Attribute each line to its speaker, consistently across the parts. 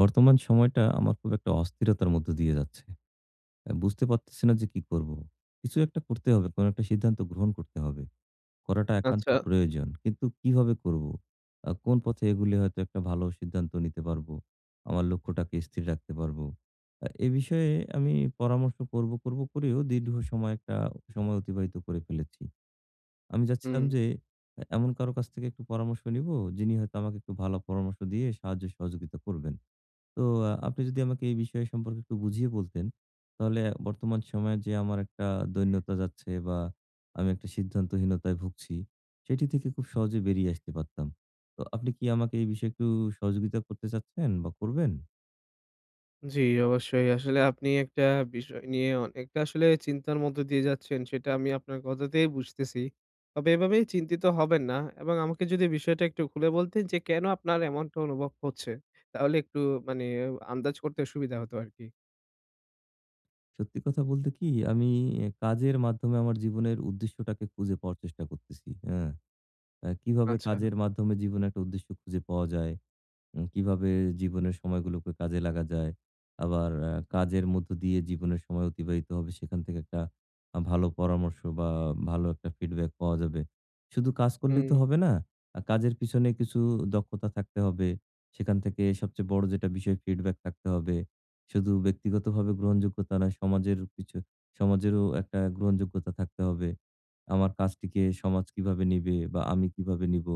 Speaker 1: বর্তমান সময়টা আমার খুব একটা অস্থিরতার মধ্য দিয়ে যাচ্ছে। বুঝতে পারতেছি না যে কি করব? কিছু একটা করতে হবে। কোন একটা সিদ্ধান্ত গ্রহণ করতে হবে। করাটা একান্ত
Speaker 2: আচ্ছা।
Speaker 1: প্রয়োজন। কিন্তু কিভাবে করব? কোন পথে এগুলে হয়তো একটা ভালো সিদ্ধান্ত নিতে পারবো। আমার লক্ষ্যটাকে স্থির রাখতে পারবো। এ বিষয়ে আমি পরামর্শ করব, করব করেও দীর্ঘ সময় একটা সময় অতিবাহিত করে ফেলেছি। আমি চাচ্ছিলাম
Speaker 2: হুম।
Speaker 1: যে এমন কারো কাছ থেকে একটু পরামর্শ নিবো, যিনি হয়তো আমাকে একটু ভালো পরামর্শ দিয়ে সাহায্য সহযোগিতা করবেন। তো আপনি যদি আমাকে এই বিষয় সম্পর্কে একটু বুঝিয়ে বলতেন, তাহলে বর্তমান সময়ে যে আমার একটা দৈন্যতা যাচ্ছে বা আমি একটা সিদ্ধান্তহীনতায় ভুগছি, সেটি থেকে খুব সহজে বেরিয়ে আসতে পারতাম। তো আপনি কি আমাকে এই বিষয়ে একটু সহযোগিতা করতে চাচ্ছেন বা করবেন?
Speaker 2: জি, অবশ্যই। আসলে আপনি একটা বিষয় নিয়ে অনেকটা আসলে চিন্তার মধ্য দিয়ে যাচ্ছেন, সেটা আমি আপনার কথাতেই বুঝতেছি। তবে এভাবেই চিন্তিত হবেন না এবং আমাকে যদি বিষয়টা একটু খুলে বলতেন যে কেন আপনার এমনটা অনুভব হচ্ছে? তাহলে একটু মানে আন্দাজ করতে সুবিধা হতো আরকি।
Speaker 1: সত্যি কথা বলতে কি আমি এ কাজের মাধ্যমে আমার জীবনের উদ্দেশ্যটাকে খুঁজে পাওয়ার চেষ্টা করতেছি। হ্যাঁ? কিভাবে
Speaker 2: আচ্ছা।
Speaker 1: কাজের মাধ্যমে জীবনে একটা উদ্দেশ্য খুঁজে পাওয়া যায়? কিভাবে জীবনের সময়গুলোকে কাজে লাগা যায়। আবার কাজের মধ্য দিয়ে জীবনের সময় অতিবাহিত হবে সেখান থেকে একটা ভালো পরামর্শ বা ভালো একটা ফিডব্যাক পাওয়া যাবে। শুধু কাজ করলেই
Speaker 2: হুম,
Speaker 1: তো হবে না। কাজের পিছনে কিছু দক্ষতা থাকতে হবে। সেখান থেকে সবচেয়ে বড় যেটা বিষয় ফিডব্যাক থাকতে হবে। শুধু ব্যক্তিগতভাবে গ্রহণযোগ্যতা না সমাজেরও একটা গ্রহণযোগ্যতা থাকতে হবে। আমার কাজটিকে সমাজ কিভাবে নিবে বা আমি কিভাবে নিব?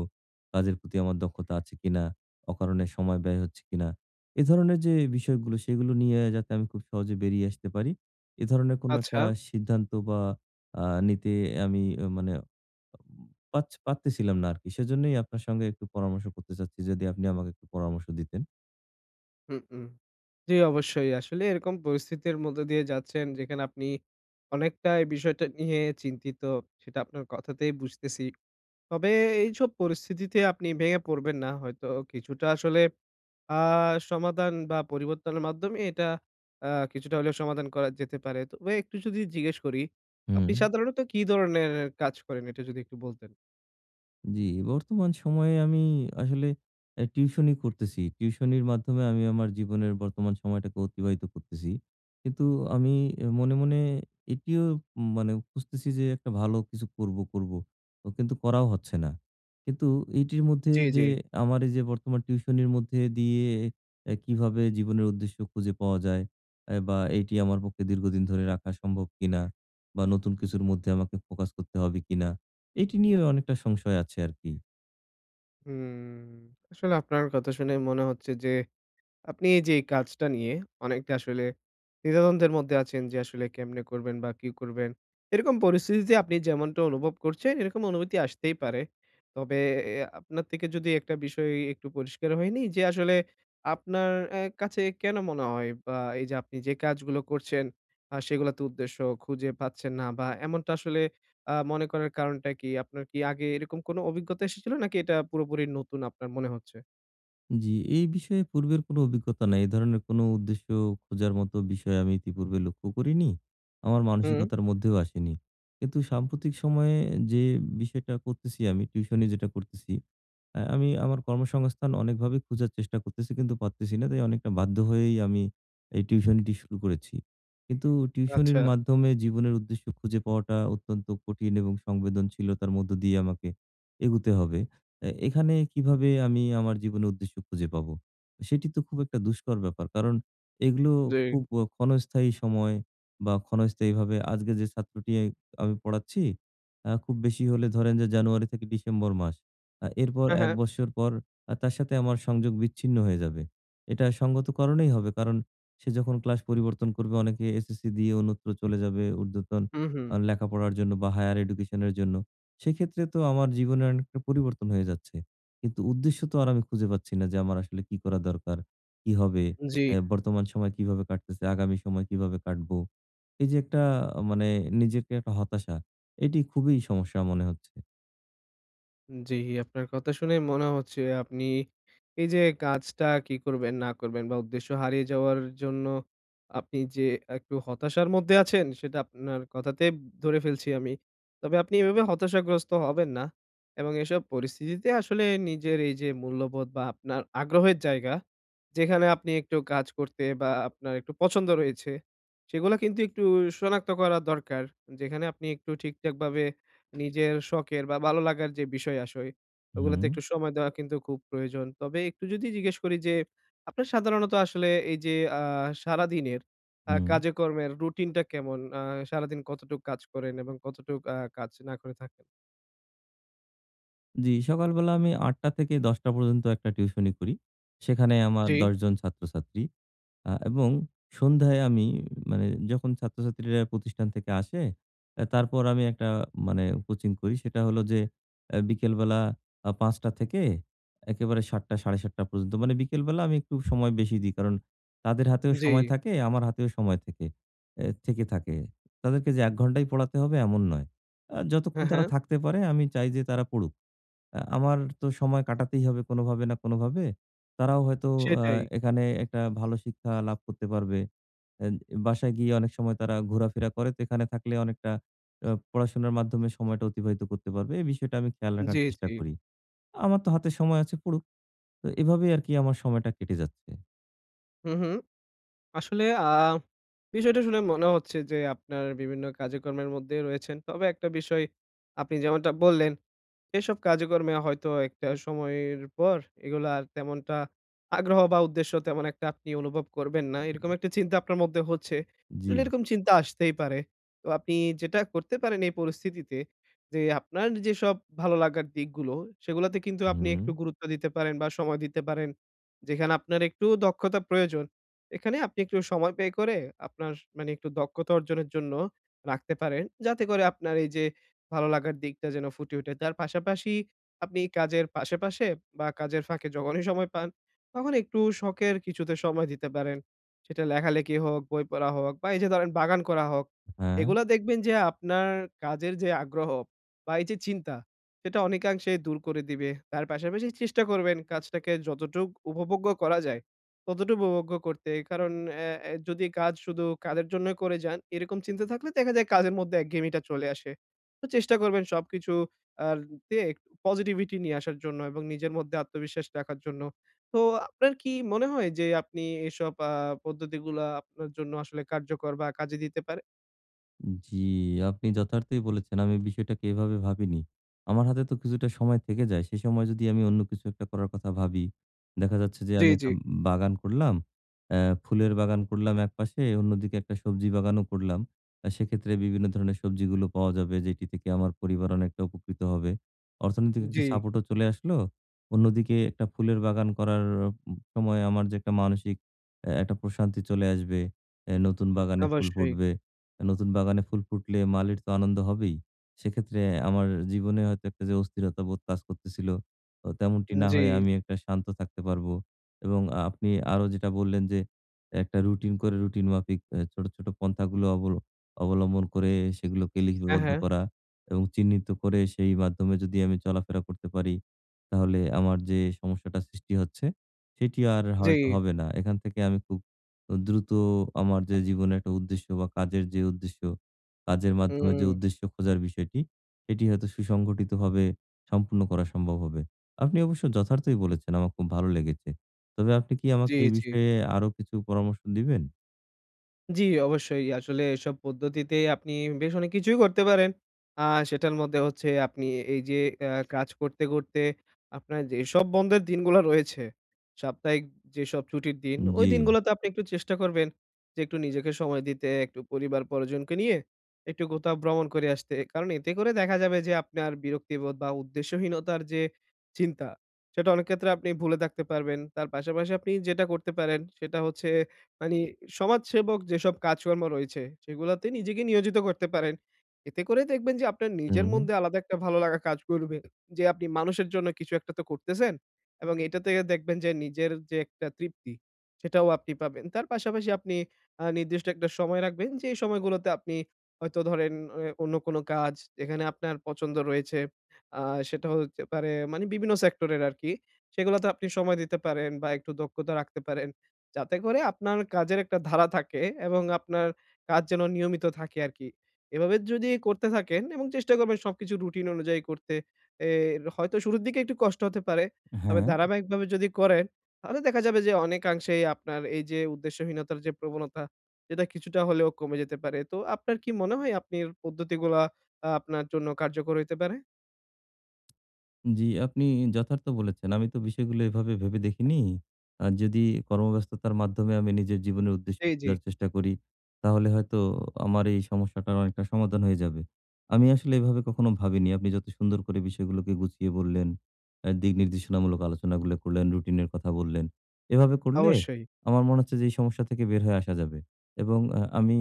Speaker 1: কাজের প্রতি আমার দক্ষতা আছে কিনা? অকারণে সময় ব্যয় হচ্ছে কিনা। এ ধরনের যে বিষয়গুলো সেগুলো নিয়ে যাতে আমি খুব সহজে বেরিয়ে আসতে পারি। এ ধরনের কোনো একটা
Speaker 2: আচ্ছা।
Speaker 1: সিদ্ধান্ত বা নিতে আমি মানে পারতেছিলাম না আরকি। সেজন্যই আপনার সঙ্গে একটু পরামর্শ করতে চাচ্ছি। যদি আপনি আমাকে একটু পরামর্শ দিতেন।
Speaker 2: হুম, হুম। জি, অবশ্যই। আসলে এরকম পরিস্থিতির মধ্য দিয়ে যাচ্ছেন যেখানে আপনি অনেকটা এই বিষয়টা নিয়ে চিন্তিত, সেটা আপনার কথাতেই বুঝতেছি। তবে এইসব পরিস্থিতিতে আপনি ভেঙে পড়বেন না। হয়তো কিছুটা আসলে আ সমাধান বা পরিবর্তনের মাধ্যমে এটা আ কিছুটা হলেও সমাধান করা যেতে পারে। তবে একটু যদি জিজ্ঞেস করি,
Speaker 1: হুম।
Speaker 2: আপনি সাধারণত কি ধরনের কাজ করেন? এটা যদি একটু বলতেন।
Speaker 1: জি, বর্তমান সময়ে আমি আসলে টিউশনি করতেছি। টিউশনির মাধ্যমে আমি আমার জীবনের বর্তমান সময়টাকে অতিবাহিত করতেছি। কিন্তু আমি মনে, মনে এটিও মানে খুঁজতেছি যে একটা ভালো কিছু করব, করব। ও কিন্তু করাও হচ্ছে না। কিন্তু এইটির মধ্যে
Speaker 2: জি, জি।
Speaker 1: যে আমার এই যে বর্তমান টিউশনির মধ্যে দিয়ে কিভাবে জীবনের উদ্দেশ্য খুঁজে পাওয়া যায় বা এটি আমার পক্ষে দীর্ঘদিন ধরে রাখা সম্ভব কিনা বা নতুন কিছুর মধ্যে আমাকে ফোকাস করতে হবে কিনা? এটি নিয়ে অনেকটা সংশয় আছে আরকি।
Speaker 2: হুম। আসলে আপনার কথা শুনে মনে হচ্ছে যে আপনি এই যে এই কাজটা নিয়ে অনেকটা আসলে দ্বিধাদ্বন্দ্বের মধ্যে আছেন যে আসলে কেমনে করবেন বা কি করবেন। এরকম পরিস্থিতিতে আপনি যেমনটা অনুভব করছেন এরকম অনুভূতি আসতেই পারে। তবে এ আপনার থেকে যদি একটা বিষয় একটু পরিষ্কার হয়নি যে আসলে আপনার কাছে কেন মনে হয় বা এই যে আপনি যে কাজগুলো করছেন সেগুলোতে উদ্দেশ্য খুঁজে পাচ্ছেন না বা এমনটা আসলে মনে করার কারণটা কি? আপনার কি আগে এরকম কোনো অভিজ্ঞতা এসেছিল নাকি এটা পুরোপুরি নতুন আপনার মনে হচ্ছে?
Speaker 1: জি, এই বিষয়ে পূর্বের কোনো অভিজ্ঞতা নাই। এ ধরনের কোনো উদ্দেশ্য খোঁজার মতো বিষয় আমি ইতিপূর্বে লক্ষ্য করিনি। আমার
Speaker 2: হুম।
Speaker 1: মানসিকতার মধ্যেও আসেনি। কিন্তু সাম্প্রতিক সময়ে যে বিষয়টা করতেছি আমি, টিউশনি যেটা করতেছি আমি আমার কর্মসংস্থান অনেকভাবে খোঁজার চেষ্টা করতেছি কিন্তু পারতেছি না। তাই অনেকটা বাধ্য হয়েই আমি এই টিউশনিটি শুরু করেছি। কিন্তু
Speaker 2: আচ্ছা,
Speaker 1: টিউশনির মাধ্যমে জীবনের উদ্দেশ্য খুঁজে পাওয়াটা অত্যন্ত কঠিন এবং সংবেদনশীলতার মধ্য দিয়ে আমাকে এগুতে হবে। এখানে কিভাবে আমি আমার জীবনের উদ্দেশ্য খুঁজে পাবো? সেটি তো খুব একটা দুষ্কর ব্যাপার। কারণ এগুলো
Speaker 2: জি।
Speaker 1: খুব ক্ষণস্থায়ী সময় বা ক্ষণস্থায়ীভাবে আজকে যে ছাত্রটি আমি পড়াচ্ছি খুব বেশি হলে ধরেন যে জানুয়ারি থেকে ডিসেম্বর মাস। এরপর
Speaker 2: হ্যাঁ,
Speaker 1: ১
Speaker 2: হ্যাঁ।
Speaker 1: বৎসর পর তার সাথে আমার সংযোগ বিচ্ছিন্ন হয়ে যাবে। এটা সঙ্গত কারণেই হবে। কারণ সে যখন ক্লাস পরিবর্তন করবে অনেকে এসএসসি দিয়ে অন্যত্র চলে যাবে ঊর্ধ্বতন
Speaker 2: হুম, হুম।
Speaker 1: লেখাপড়ার জন্য বা হায়ার এডুকেশন এর জন্য। সেক্ষেত্রে তো আমার জীবনের অনেকটা পরিবর্তন হয়ে যাচ্ছে। কিন্তু উদ্দেশ্য তো আর আমি খুঁজে পাচ্ছি না যে আমার আসলে কি করা দরকার? কি হবে?
Speaker 2: জি,
Speaker 1: বর্তমান সময় কিভাবে কাটতেছে? আগামী সময় কিভাবে কাটবো? এই যে একটা মানে নিজেকে একটা হতাশা, এটি খুবই সমস্যা মনে হচ্ছে।
Speaker 2: জি। আপনার কথা শুনে মনে হচ্ছে আপনি এই যে কাজটা কি করবেন না করবেন বা উদ্দেশ্য হারিয়ে যাওয়ার জন্য আপনি যে একটু হতাশার মধ্যে আছেন সেটা আপনার কথাতে ধরে ফেলছি আমি। তবে আপনি এভাবে হতাশাগ্রস্ত হবেন না এবং এসব পরিস্থিতিতে আসলে নিজের এই যে মূল্যবোধ বা আপনার আগ্রহের জায়গা, যেখানে আপনি একটু কাজ করতে বা আপনার একটু পছন্দ রয়েছে, সেগুলা কিন্তু একটু শনাক্ত করা দরকার। যেখানে আপনি একটু ঠিকঠাকভাবে নিজের শখের বা ভালো লাগার যে বিষয় আসয়, ওগুলোতে
Speaker 1: হুম,
Speaker 2: একটু সময় দেওয়া কিন্তু খুব প্রয়োজন। তবে একটু যদি জিজ্ঞেস করি যে, আপনার সাধারণত আসলে এই যে আ সারাদিনের
Speaker 1: হুম।
Speaker 2: কাজে-কর্মের রুটিনটা কেমন? সারাদিন কতটুক কাজ করেন এবং কতটুক কাজ না করে থাকেন?
Speaker 1: জি, সকালবেলা আমি ৮টা থেকে ১০টা পর্যন্ত একটা টিউশনি করি। সেখানে আমার
Speaker 2: জি,
Speaker 1: ১০ জন ছাত্রছাত্রী। এবং সন্ধ্যায় আমি মানে যখন ছাত্রছাত্রীরা প্রতিষ্ঠান থেকে আসে, তারপর আমি একটা মানে কোচিং করি। সেটা হলো যে বিকেলবেলা ৫টা থেকে একেবারে ৭টা ৭:৩০ পর্যন্ত। মানে বিকেলবেলা আমি একটু সময় বেশি দিই। কারণ তাদের হাতেও
Speaker 2: জি।
Speaker 1: সময় থাকে, আমার হাতেও সময় থেকে থাকে। তাদেরকে যে ১ ঘন্টাই পড়াতে হবে এমন নয়। যতক্ষণ
Speaker 2: হ্যাঁ,
Speaker 1: তারা
Speaker 2: হ্যাঁ।
Speaker 1: থাকতে পারে আমি চাই যে তারা পড়ুক। আমার তো সময় কাটাতেই হবে কোনোভাবে না কোনোভাবে। তারাও হয়তো আ
Speaker 2: সেটাই।
Speaker 1: এখানে একটা ভালো শিক্ষা লাভ করতে পারবে। এন বাসায় গিয়ে অনেক সময় তারা ঘোরাফেরা করে। তো এখানে থাকলে অনেকটা পড়াশোনার মাধ্যমে সময়টা অতিবাহিত করতে পারবে। এই বিষয়টা আমি খেয়াল রাখার
Speaker 2: জি,
Speaker 1: চেষ্টা
Speaker 2: জি।
Speaker 1: করি। আমার তো হাতে সময় আছে পড়ুক। তো এভাবেই আরকি আমার সময়টা কেটে যাচ্ছে।
Speaker 2: হুম, হুম। আসলে বিষয়টা শুনে মনে হচ্ছে যে আপনার বিভিন্ন কাজে-কর্মের মধ্যেই রয়েছেন। তবে একটা বিষয় আপনি যেমনটা বললেন এসব কাজকর্মে হয়তো একটা সময়ের পর এগুলা আর তেমনটা আগ্রহ বা উদ্দেশ্য তেমন একটা আপনি অনুভব করবেন না। এরকম একটা চিন্তা আপনার মধ্যে হচ্ছে।
Speaker 1: জি।
Speaker 2: আসলে এরকম চিন্তা আসতেই পারে। তো আপনি যেটা করতে পারেন এই পরিস্থিতিতে যে আপনার যেসব ভালো লাগার দিকগুলো সেগুলাতে কিন্তু আপনি
Speaker 1: হুম,
Speaker 2: একটু গুরুত্ব দিতে পারেন বা সময় দিতে পারেন। যেখানে আপনার একটু দক্ষতা প্রয়োজন। এখানে আপনি একটু সময় ব্যয় করে আপনার মানে একটু দক্ষতা অর্জনের জন্য রাখতে পারেন। যাতে করে আপনার এই যে ভালো লাগার দিকটা যেন ফুটে ওঠে। তার পাশাপাশি আপনি কাজের পাশে-পাশে বা কাজের ফাঁকে যখনই সময় পান, তখন একটু শখের কিছুতে সময় দিতে পারেন। সেটা লেখালেখি হোক, বই পড়া হোক বা এই যে ধরেন বাগান করা হোক।
Speaker 1: হ্যাঁ।
Speaker 2: এগুলা দেখবেন যে আপনার কাজের যে আগ্রহ বা এই যে চিন্তা, সেটা অনেকাংশে দূর করে দিবে। তার পাশাপাশি চেষ্টা করবেন কাজটাকে যতটুক উপভোগ্য করা যায়, ততটুকু উপভোগ্য করতে। কারণ অ্যা অ্যা যদি কাজ শুধু কাজের জন্যই করে যান, এরকম চিন্তা থাকলে দেখা যায় কাজের মধ্যে একঘেয়েমিটা চলে আসে। তো চেষ্টা করবেন সবকিছু আর তে একটু পজিটিভিটি নিয়ে আসার জন্য এবং নিজের মধ্যে আত্মবিশ্বাস রাখার জন্য। তো আপনার কি মনে হয় যে আপনি এসব পদ্ধতিগুলা আপনার জন্য আসলে কার্যকর বা কাজে দিতে পারে?
Speaker 1: জি, আপনি যথার্থই বলেছেন। আমি বিষয়টাকে এভাবে ভাবিনি। আমার হাতে তো কিছুটা সময় থেকে যায়। সে সময় যদি আমি অন্য কিছু একটা করার কথা ভাবি, দেখা যাচ্ছে যে
Speaker 2: জি,
Speaker 1: আমি
Speaker 2: জি,
Speaker 1: একটা বাগান করলাম, অ্যা ফুলের বাগান করলাম একপাশে, অন্যদিকে একটা সবজি বাগানও করলাম। সেক্ষেত্রে বিভিন্ন ধরনের সবজিগুলো পাওয়া যাবে যেটি থেকে আমার পরিবার অনেকটা উপকৃত হবে। অর্থনৈতিক একটা
Speaker 2: জি,
Speaker 1: সাপোর্টও চলে আসলো। অন্যদিকে একটা ফুলের বাগান করার সময় আমার যে একটা মানসিক একটা প্রশান্তি চলে আসবে। নতুন বাগানে ফুল
Speaker 2: অবশ্যই।
Speaker 1: ফুটবে। নতুন বাগানে ফুল ফুটলে মালির তো আনন্দ হবেই। সেক্ষেত্রে আমার জীবনে হয়তো একটা যে অস্থিরতা বোধ কাজ করতেছিল, তো তেমনটি না
Speaker 2: জি,
Speaker 1: হয়ে আমি একটা শান্ত থাকতে পারবো এবং আপনি আরো যেটা বললেন যে, একটা রুটিন করে রুটিন মাফিক এ ছোট, ছোট পন্থাগুলো অবলম্বন করে সেগুলোকে
Speaker 2: হ্যাঁ,
Speaker 1: লিপিবদ্ধ
Speaker 2: হ্যাঁ,
Speaker 1: করা এবং চিহ্নিত করে সেই মাধ্যমে যদি আমি চলাফেরা করতে পারি, তাহলে আমার যে সমস্যাটা সৃষ্টি হচ্ছে, সেটি আর
Speaker 2: জি,
Speaker 1: হয়তো হবে না। এখান থেকে আমি খুব দ্রুত আমার যে জীবনে একটা উদ্দেশ্য বা কাজের যে উদ্দেশ্য, কাজের মাধ্যমে
Speaker 2: হুম,
Speaker 1: যে উদ্দেশ্য খোঁজার বিষয়টি, সেটি হয়তো সুসংগঠিতভাবে সম্পূর্ণ করা সম্ভব হবে। আপনি অবশ্য যথার্থই বলেছেন, আমার খুব ভালো লেগেছে। তবে আপনি কি
Speaker 2: জি,
Speaker 1: আমাকে এই
Speaker 2: জি।
Speaker 1: বিষয়ে আরো কিছু পরামর্শ দিবেন?
Speaker 2: জি, অবশ্যই। আসলে এসব পদ্ধতিতে আপনি বেশ অনেক কিছুই করতে পারেন। আ সেটার মধ্যে হচ্ছে আপনি এই যে কাজ করতে, করতে আপনার যেসব বন্ধের দিনগুলা রয়েছে, সাপ্তাহিক যেসব ছুটির দিন, ওই
Speaker 1: জি,
Speaker 2: দিনগুলোতে আপনি একটু চেষ্টা করবেন যে একটু নিজেকে সময় দিতে, একটু পরিবার-পরিজনকে নিয়ে একটু কোথাও ভ্রমণ করে আসতে। কারণ এতে করে দেখা যাবে যে আপনার বিরক্তিবোধ বা উদ্দেশ্যহীনতার যে চিন্তা, সেটা অনেক ক্ষেত্রে আপনি ভুলে থাকতে পারবেন। তার পাশাপাশি আপনি যেটা করতে পারেন সেটা হচ্ছে মানে সমাজসেবক যেসব কাজকর্ম রয়েছে সেগুলাতে নিজেকে নিয়োজিত করতে পারেন। এতে করে দেখবেন যে আপনার নিজের
Speaker 1: হুম।
Speaker 2: মধ্যে আলাদা একটা ভালো লাগা কাজ করবে। যে আপনি মানুষের জন্য কিছু একটা তো করতেছেন এবং এটা থেকে দেখবেন যে নিজের যে একটা তৃপ্তি সেটাও আপনি পাবেন। তার পাশাপাশি আপনি নির্দিষ্ট একটা সময় রাখবেন যে এই সময়গুলোতে আপনি হয়তো ধরেন অন্য কোনো কাজ যেখানে আপনার পছন্দ রয়েছে আ সেটা হতে পারে মানে বিভিন্ন সেক্টরের আরকি। সেগুলোতে আপনি সময় দিতে পারেন বা একটু দক্ষতা রাখতে পারেন। যাতে করে আপনার কাজের একটা ধারা থাকে এবং আপনার কাজ যেন নিয়মিত থাকে আরকি। এভাবে যদি করতে থাকেন এবং চেষ্টা করবেন সবকিছু রুটিন অনুযায়ী করতে। এ হয়তো শুরুর দিকে একটু কষ্ট হতে পারে। তবে
Speaker 1: হ্যাঁ।
Speaker 2: ধারাবাহিকভাবে যদি করেন, তাহলে দেখা যাবে যে অনেকাংশেই আপনার এই যে উদ্দেশ্যহীনতার যে প্রবণতা, এটা কিছুটা হলেও কমে যেতে পারে। তো আপনার কি মনে হয় আপনি এর পদ্ধতিগুলা আপনার জন্য কার্যকর হইতে পারে?
Speaker 1: জি, আপনি যথার্থ বলেছেন। আমি তো বিষয়গুলো এভাবে ভেবে দেখিনি। যদি কর্মব্যস্ততার মাধ্যমে আমি নিজের জীবনের উদ্দেশ্য
Speaker 2: জি, জি।
Speaker 1: খোঁজার চেষ্টা করি, তাহলে হয়তো আমার এই সমস্যাটার অনেকটা সমাধান হয়ে যাবে। আমি আসলে এভাবে কখনো ভাবিনি। আপনি যত সুন্দর করে বিষয়গুলোকে গুছিয়ে বললেন, দিক নির্দেশনামূলক আলোচনাগুলো করলেন, রুটিনের কথা বললেন। এভাবে করলে
Speaker 2: অবশ্যই।
Speaker 1: আমার মনে হচ্ছে যে এই সমস্যা থেকে বের হয়ে আসা যাবে। এবং আমি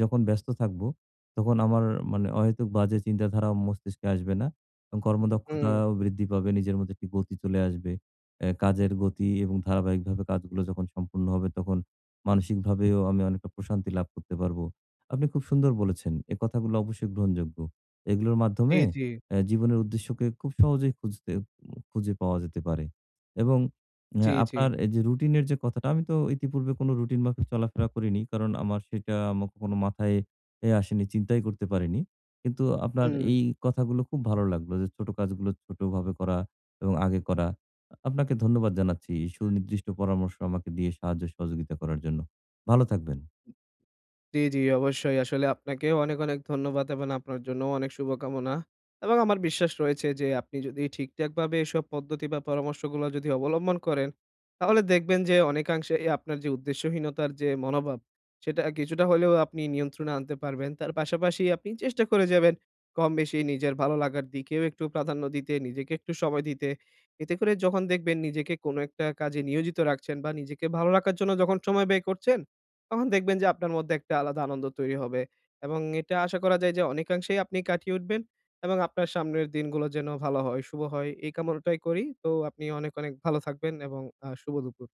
Speaker 1: যখন ব্যস্ত থাকবো, তখন আমার মানে অহেতুক বাজে চিন্তাধারা মস্তিষ্কে আসবে না। এবং
Speaker 2: হুম।
Speaker 1: কর্মদক্ষতাও বৃদ্ধি পাবে। নিজের মধ্যে একটি গতি চলে আসবে। কাজের গতি এবং ধারাবাহিকভাবে কাজগুলো যখন সম্পূর্ণ হবে তখন মানসিকভাবেও আমি অনেকটা প্রশান্তি লাভ করতে পারবো। আপনি খুব সুন্দর বলেছেন। এ কথাগুলো অবশ্যই গ্রহণযোগ্য। এগুলোর
Speaker 2: জি,
Speaker 1: মাধ্যমে
Speaker 2: জি।
Speaker 1: জীবনের উদ্দেশ্যকে খুব সহজেই খুঁজে পাওয়া যেতে পারে। এবং
Speaker 2: জি, জি।
Speaker 1: আপনার এই যে রুটিনের যে কথাটা, আমি তো ইতিপূর্বে কোনো রুটিন মাফিক চলাফেরা করিনি। কারণ আমার সেটা আমার কখনো মাথায় আসেনি, চিন্তাই করতে পারিনি। কিন্তু আপনার
Speaker 2: হুম।
Speaker 1: এই কথাগুলো খুব ভালো লাগলো যে ছোট কাজগুলো ছোটভাবে করা এবং আগে করা। আপনাকে ধন্যবাদ জানাচ্ছি। এই সুনির্দিষ্ট পরামর্শ আমাকে দিয়ে সাহায্য সহযোগিতা করার জন্য। ভালো থাকবেন।
Speaker 2: জি, জি, অবশ্যই। আসলে আপনাকেও অনেক, অনেক ধন্যবাদ এবং আপনার জন্যও অনেক শুভকামনা। এবং আমার বিশ্বাস রয়েছে যে আপনি যদি ঠিকঠাকভাবে এসব পদ্ধতি বা পরামর্শগুলো যদি অবলম্বন করেন, তাহলে দেখবেন যে অনেকাংশেই আপনার যে উদ্দেশ্যহীনতার যে মনোভাব, সেটা কিছুটা হলেও আপনি নিয়ন্ত্রণে আনতে পারবেন। তার পাশাপাশি আপনি চেষ্টা করে যাবেন কম বেশি নিজের ভালো লাগার দিকেও একটু প্রাধান্য দিতে, নিজেকে একটু সময় দিতে। এতে করে যখন দেখবেন নিজেকে কোনো একটা কাজে নিয়োজিত রাখছেন বা নিজেকে ভালো রাখার জন্য যখন সময় ব্যয় করছেন তখন দেখবেন যে আপনার মধ্যে একটা আলাদা আনন্দ তৈরি হবে এবং এটা আশা করা যায় যে অনেকাংশেই আপনি কাটিয়ে উঠবেন এবং আপনার সামনের দিনগুলো যেন ভালো হয়, শুভ হয় এই কামনাটাই করি। তো আপনি অনেক, অনেক ভালো থাকবেন এবং শুভ দুপুর।